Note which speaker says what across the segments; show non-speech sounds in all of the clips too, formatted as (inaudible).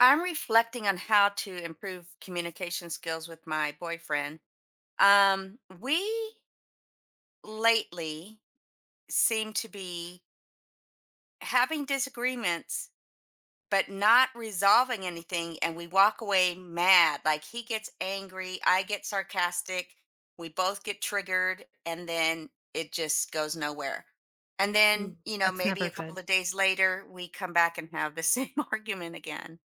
Speaker 1: I'm reflecting on how to improve communication skills with my boyfriend. We lately seem to be having disagreements, but not resolving anything. And we walk away mad. Like he gets angry, I get sarcastic, we both get triggered, and then it just goes nowhere. And then,
Speaker 2: Ooh, that's
Speaker 1: maybe
Speaker 2: never
Speaker 1: a couple
Speaker 2: good.
Speaker 1: of days later, we come back and have the (laughs) same argument again.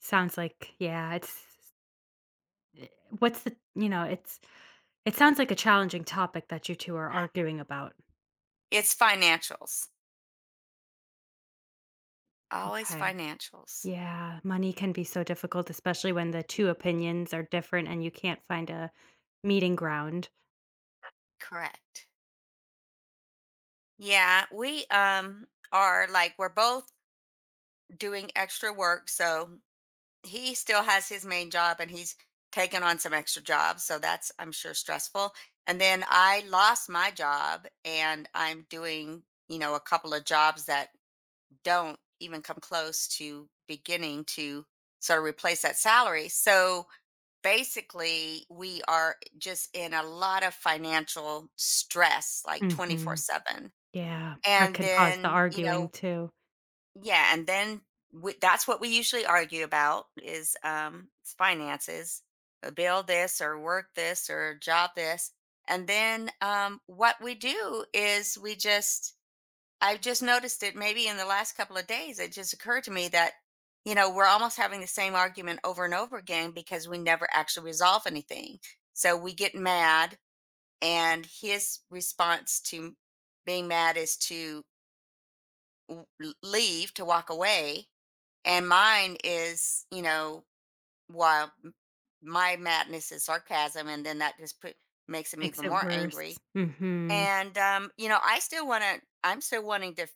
Speaker 2: Sounds like, yeah, eh, what's the it sounds like a challenging topic that you two are arguing about.
Speaker 1: It's financials. Always
Speaker 2: Okay.
Speaker 1: financials.
Speaker 2: Yeah, money can be so difficult, especially when the two opinions are different and you can't find a meeting ground.
Speaker 1: Correct. Yeah, we are like we're both doing extra work, so he still has his main job and he's taken on some extra jobs, so that's I'm sure stressful. And then I lost my job and I'm doing, a couple of jobs that don't even come close to beginning to sort of replace that salary. So basically we are just in a lot of financial stress like
Speaker 2: Mhm.
Speaker 1: 24/7.
Speaker 2: Yeah, that
Speaker 1: And
Speaker 2: could cause the
Speaker 1: then you
Speaker 2: arguing
Speaker 1: know
Speaker 2: too.
Speaker 1: yeah and then we, That's what we usually argue about is finances, bill this or work this or job this. And then what we do is we just I've just noticed it maybe in the last couple of days. It just occurred to me that, we're almost having the same argument over and over again because we never actually resolve anything. So we get mad, and his response to being mad is to leave, to walk away. And mine is, while m- my madness is sarcasm, and then makes him
Speaker 2: Makes
Speaker 1: even
Speaker 2: it
Speaker 1: more
Speaker 2: worse.
Speaker 1: angry.
Speaker 2: Mhm.
Speaker 1: And, I still want to, I'm still wanting to,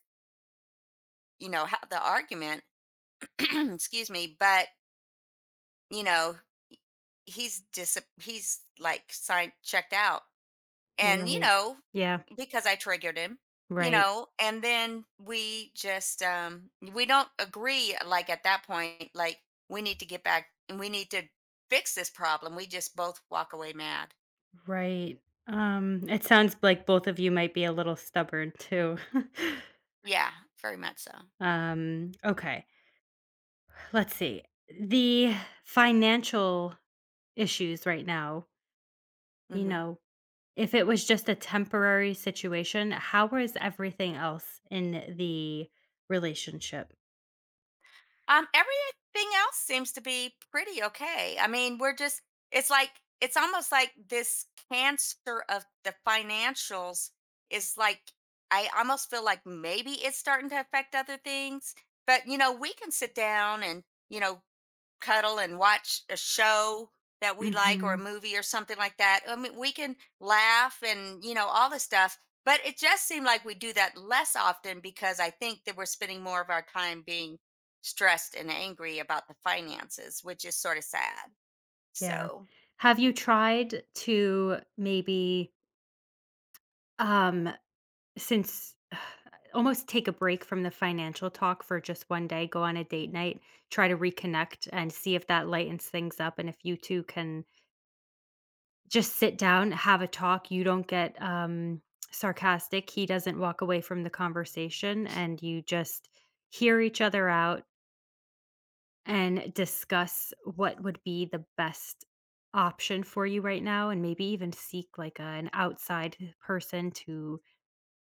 Speaker 1: have the argument. (clears throat) Excuse me, but you know, he's dis he's like signed checked out. And
Speaker 2: Right. Yeah,
Speaker 1: because I triggered him,
Speaker 2: right.
Speaker 1: and then we just we don't agree like at that point, like we need to get back and we need to fix this problem. We just both walk away mad.
Speaker 2: Right. It sounds like both of you might be a little stubborn too. (laughs)
Speaker 1: Yeah, very much so.
Speaker 2: Okay. Let's see. The financial issues right now, you
Speaker 1: Hmm.
Speaker 2: know, if it was just a temporary situation, how was everything else in the relationship?
Speaker 1: Everything else seems to be pretty okay. I mean, we're just, it's like, it's almost like this cancer of the financials is like, I almost feel like maybe it's starting to affect other things. But, we can sit down and, you know, cuddle and watch a show that we like or a
Speaker 2: Hmm.
Speaker 1: movie or something like that. I mean, we can laugh and, all this stuff. But it just seemed like we do that less often because I think that we're spending more of our time being stressed and angry about the finances, which is sort of sad.
Speaker 2: Yeah.
Speaker 1: So,
Speaker 2: Have you tried to maybe, um, since (sighs) almost take a break from the financial talk for just one day, go on a date night, try to reconnect and see if that lightens things up and if you two can just sit down, have a talk. You don't get, sarcastic. He doesn't walk away from the conversation, and you just hear each other out and discuss what would be the best option for you right now, and maybe even seek, like, a an outside person to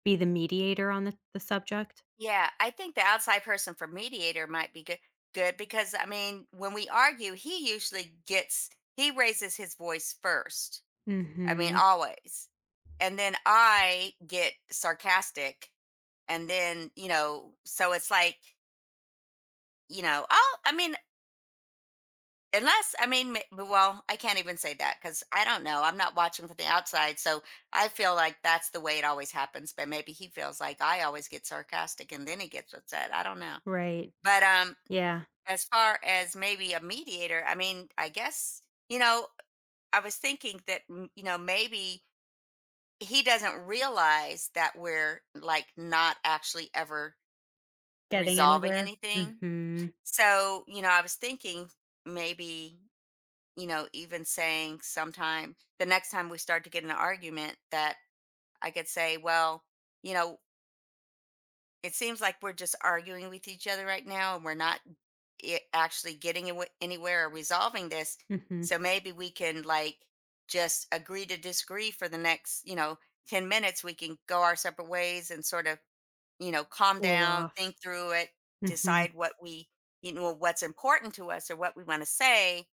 Speaker 2: be the mediator on the subject.
Speaker 1: yeah, I think the outside person for mediator might be good, good because I mean, when we argue, he raises his voice first. I mean,
Speaker 2: Mhm.
Speaker 1: always. And then I get sarcastic. And then, so it's like, oh, I mean, unless, I mean, ma- well, I can't even say that because I don't know. I'm not watching from the outside. So I feel like that's the way it always happens. But maybe he feels like I always get sarcastic and then he gets upset. I don't know.
Speaker 2: Right.
Speaker 1: But
Speaker 2: Yeah.
Speaker 1: as far as maybe a mediator, I mean, I guess, you know, I was thinking that, maybe he doesn't realize that we're like not actually ever
Speaker 2: Getting
Speaker 1: resolving
Speaker 2: anywhere.
Speaker 1: anything.
Speaker 2: Mhm.
Speaker 1: So, I was thinking maybe, even saying sometime the next time we start to get in an argument that I could say, well, you know, it seems like we're just arguing with each other right now and we're not actually getting anywhere or resolving this.
Speaker 2: Mhm.
Speaker 1: So maybe we can like just agree to disagree for the next, 10 minutes. We can go our separate ways and sort of, calm
Speaker 2: Cool
Speaker 1: down,
Speaker 2: off.
Speaker 1: think through it,
Speaker 2: Mhm.
Speaker 1: decide what we, what's important to us or what we want to say,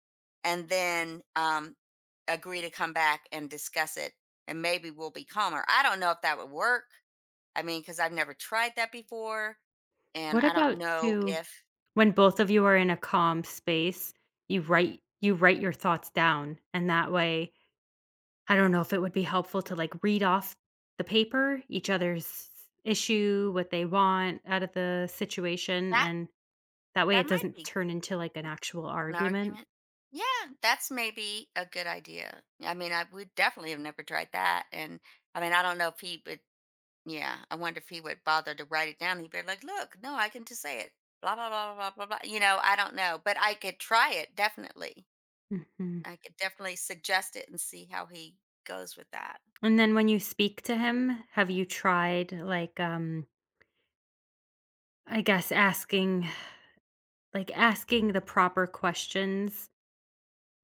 Speaker 1: and then agree to come back and discuss it. And maybe we'll be calmer. I don't know if that would work. I mean, because I've never tried that before, and
Speaker 2: What
Speaker 1: I don't
Speaker 2: about
Speaker 1: know
Speaker 2: to
Speaker 1: if
Speaker 2: When both of you are in a calm space, you write your thoughts down, and that way I don't know if it would be helpful to, like, read off the paper, each other's issue, what they want out of the situation,
Speaker 1: that
Speaker 2: and that way
Speaker 1: that
Speaker 2: it
Speaker 1: might
Speaker 2: doesn't
Speaker 1: be
Speaker 2: turn into, like, an actual
Speaker 1: an
Speaker 2: argument.
Speaker 1: argument. Yeah, that's maybe a good idea. I mean, I would definitely have never tried that, and I mean, I don't know if he would. Yeah, I wonder if he would bother to write it down. He'd be like, "Look, no, I can just say it." Blah blah blah blah blah blah. Blah." I don't know, but I could try it definitely.
Speaker 2: Mhm.
Speaker 1: I could definitely suggest it and see how he goes with that.
Speaker 2: And then when you speak to him, have you tried, like, I guess asking the proper questions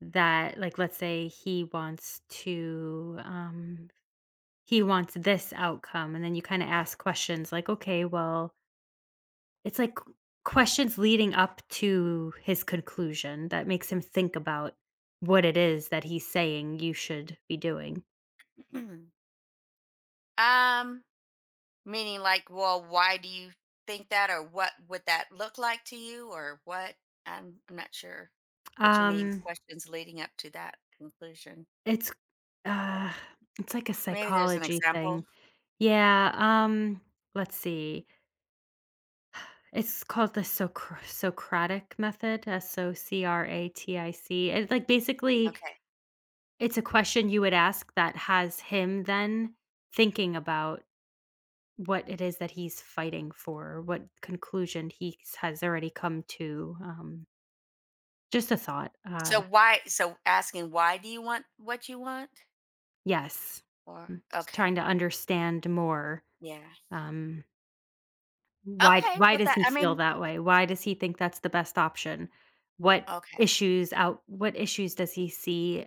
Speaker 2: that, like, let's say he wants to, he wants this outcome, and then you kinda ask questions like, "Okay, well," it's like, q questions leading up to his conclusion that makes him think about what it is that he's saying you should be doing.
Speaker 1: (clears throat) um. Meaning, like, well, why do you think that, or what would that look like to you, or what? I'm not sure what you mean.
Speaker 2: Um,
Speaker 1: Questions leading up to that conclusion.
Speaker 2: it's uh, it's like a
Speaker 1: Maybe there's an
Speaker 2: psychology
Speaker 1: example.
Speaker 2: thing. Yeah, let's see. It's called the Socratic method, Socratic. It's like, basically,
Speaker 1: Okay.
Speaker 2: it's a question you would ask that has him then thinking about what it is that he's fighting for, or what conclusion he has already come to, just a thought,
Speaker 1: So why? So asking why do you want what you want?
Speaker 2: yes,
Speaker 1: Or
Speaker 2: just trying to
Speaker 1: okay,
Speaker 2: understand more,
Speaker 1: yeah,
Speaker 2: um, why
Speaker 1: okay.
Speaker 2: why
Speaker 1: Well,
Speaker 2: does
Speaker 1: that
Speaker 2: he
Speaker 1: I
Speaker 2: feel
Speaker 1: mean,
Speaker 2: that way? Why does he think that's the best option? What
Speaker 1: okay,
Speaker 2: what issues does he see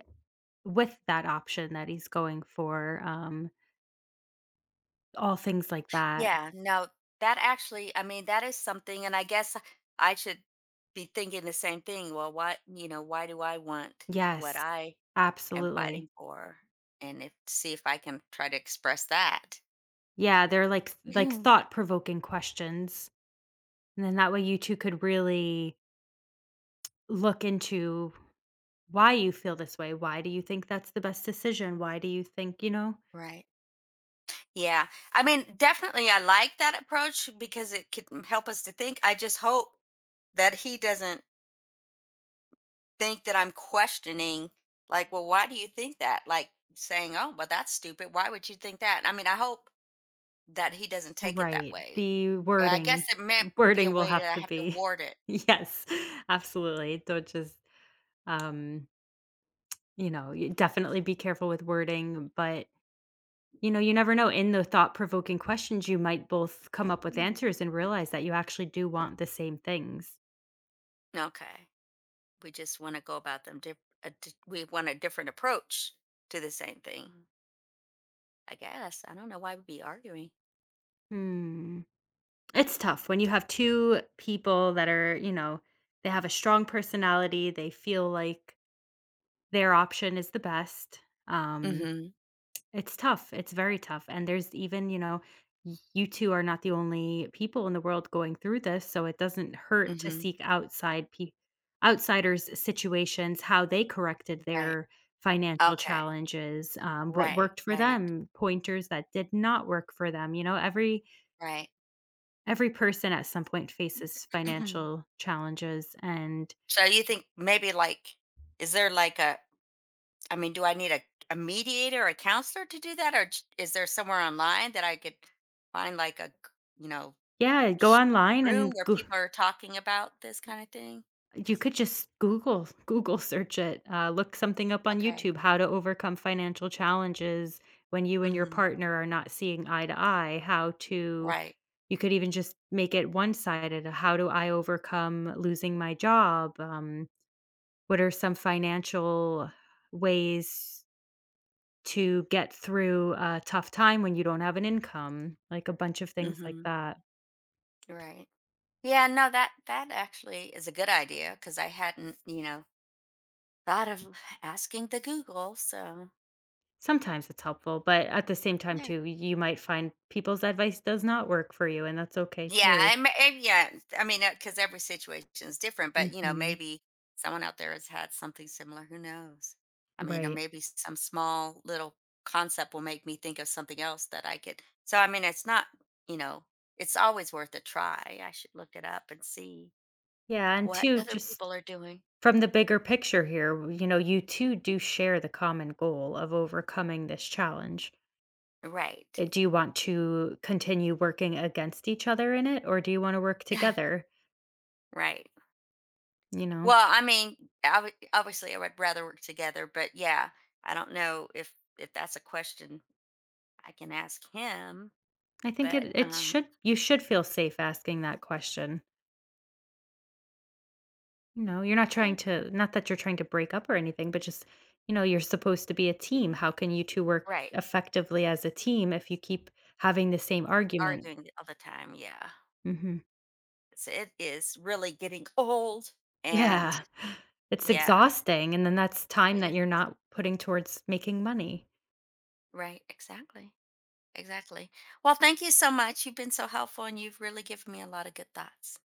Speaker 2: with that option that he's going for? All things like that.
Speaker 1: yeah. No, that actually, I mean, that is something, and I guess I should be thinking the same thing. Well, what why do I want what
Speaker 2: Yes,
Speaker 1: I am
Speaker 2: absolutely.
Speaker 1: fighting for and if see if I can try to express that.
Speaker 2: Yeah, they're like
Speaker 1: Mhm.
Speaker 2: thought-provoking questions, and then that way you two could really look into why you feel this way, why do you think that's the best decision, why do you think, you know?
Speaker 1: Right. Yeah. I mean, definitely I like that approach because it can help us to think. I just hope that he doesn't think that I'm questioning like, well, why do you think that? Like saying, "Oh, well that's stupid. Why would you think that?" I mean, I hope that he doesn't take it that
Speaker 2: Right,
Speaker 1: way.
Speaker 2: the
Speaker 1: I guess
Speaker 2: wording
Speaker 1: it might be a
Speaker 2: wording will
Speaker 1: way
Speaker 2: have
Speaker 1: that I
Speaker 2: to
Speaker 1: have to
Speaker 2: be.
Speaker 1: ward it.
Speaker 2: (laughs) Yes, absolutely. Don't just, um, you definitely be careful with wording, but, you never know, in the thought-provoking questions, you might both come up with
Speaker 1: Mm.
Speaker 2: answers and realize that you actually do want the same things.
Speaker 1: Okay. We just want to go about them. We want a different approach to the same thing. I guess I don't know why we'd be arguing.
Speaker 2: Hmm. It's tough when you have two people that are, they have a strong personality, they feel like their option is the best. Um,
Speaker 1: Mm-hmm.
Speaker 2: it's tough, it's very tough, and there's even, y you two are not the only people in the world going through this, so it doesn't hurt to
Speaker 1: Mm-hmm.
Speaker 2: seek outsiders' situations, how they corrected
Speaker 1: Right.
Speaker 2: their financial
Speaker 1: Okay.
Speaker 2: challenges, what
Speaker 1: Right.
Speaker 2: worked for
Speaker 1: Right.
Speaker 2: them, pointers that did not work for them. you know, every
Speaker 1: Right.
Speaker 2: Every person at some point faces
Speaker 1: (clears throat)
Speaker 2: financial challenges. And
Speaker 1: So you think maybe like, is there like a? I mean, do I need a mediator, a counselor to do that, or is there somewhere online that I could find like a you know
Speaker 2: yeah, go
Speaker 1: sh- a
Speaker 2: online
Speaker 1: room
Speaker 2: and
Speaker 1: where
Speaker 2: goo
Speaker 1: people are talking about this kind of thing?
Speaker 2: you could just Google search it, look something up on
Speaker 1: Okay.
Speaker 2: YouTube, how to overcome financial challenges when you and your
Speaker 1: Hmm.
Speaker 2: partner are not seeing eye to eye. How to
Speaker 1: Right.
Speaker 2: You could even just make it one-sided. How do I overcome losing my job? What are some financial ways to get through a tough time when you don't have an income, like a bunch of things like
Speaker 1: Hmm.
Speaker 2: that.
Speaker 1: Right. Yeah, no, that that actually is a good idea because I hadn't, thought of asking the Google. So
Speaker 2: Sometimes it's helpful, but at the same time
Speaker 1: yeah.
Speaker 2: too, you might find people's advice does not work for you, and that's okay
Speaker 1: Yeah,
Speaker 2: too.
Speaker 1: I, yeah, I mean, because every situation is different, but
Speaker 2: Mhm.
Speaker 1: maybe someone out there has had something similar. Who knows? I mean, or
Speaker 2: Right.
Speaker 1: maybe some small little concept will make me think of something else that I could. So I mean, it's not, you know, it's always worth a try. I should look it up and see
Speaker 2: Yeah, and
Speaker 1: what
Speaker 2: two,
Speaker 1: other
Speaker 2: just
Speaker 1: people are doing.
Speaker 2: from the bigger picture here, you two do share the common goal of overcoming this challenge.
Speaker 1: Right.
Speaker 2: Do you want to continue working against each other in it, or do you wanna work
Speaker 1: (laughs) Yeah,
Speaker 2: together?
Speaker 1: right.
Speaker 2: You know?
Speaker 1: Well, I mean, obviously, I would rather work together, but yeah, I don't know if that's a question I can ask him,
Speaker 2: I think
Speaker 1: but,
Speaker 2: it it should you should feel safe asking that question. You know, you're not trying
Speaker 1: okay.
Speaker 2: to, not that you're trying to break up or anything, but just, you're supposed to be a team. How can you two work
Speaker 1: Right.
Speaker 2: effectively as a team if you keep having the same argument?
Speaker 1: Arguing all the time, yeah.
Speaker 2: Mhm.
Speaker 1: So it is really getting (laughs) old,
Speaker 2: (laughs)
Speaker 1: and
Speaker 2: Yeah. It's
Speaker 1: yeah,
Speaker 2: exhausting, and then that's time
Speaker 1: it
Speaker 2: that
Speaker 1: is.
Speaker 2: you're not putting towards making money.
Speaker 1: Right, exactly, exactly. Well, thank you so much, you've been so helpful, and you've really given me a lot of good thoughts.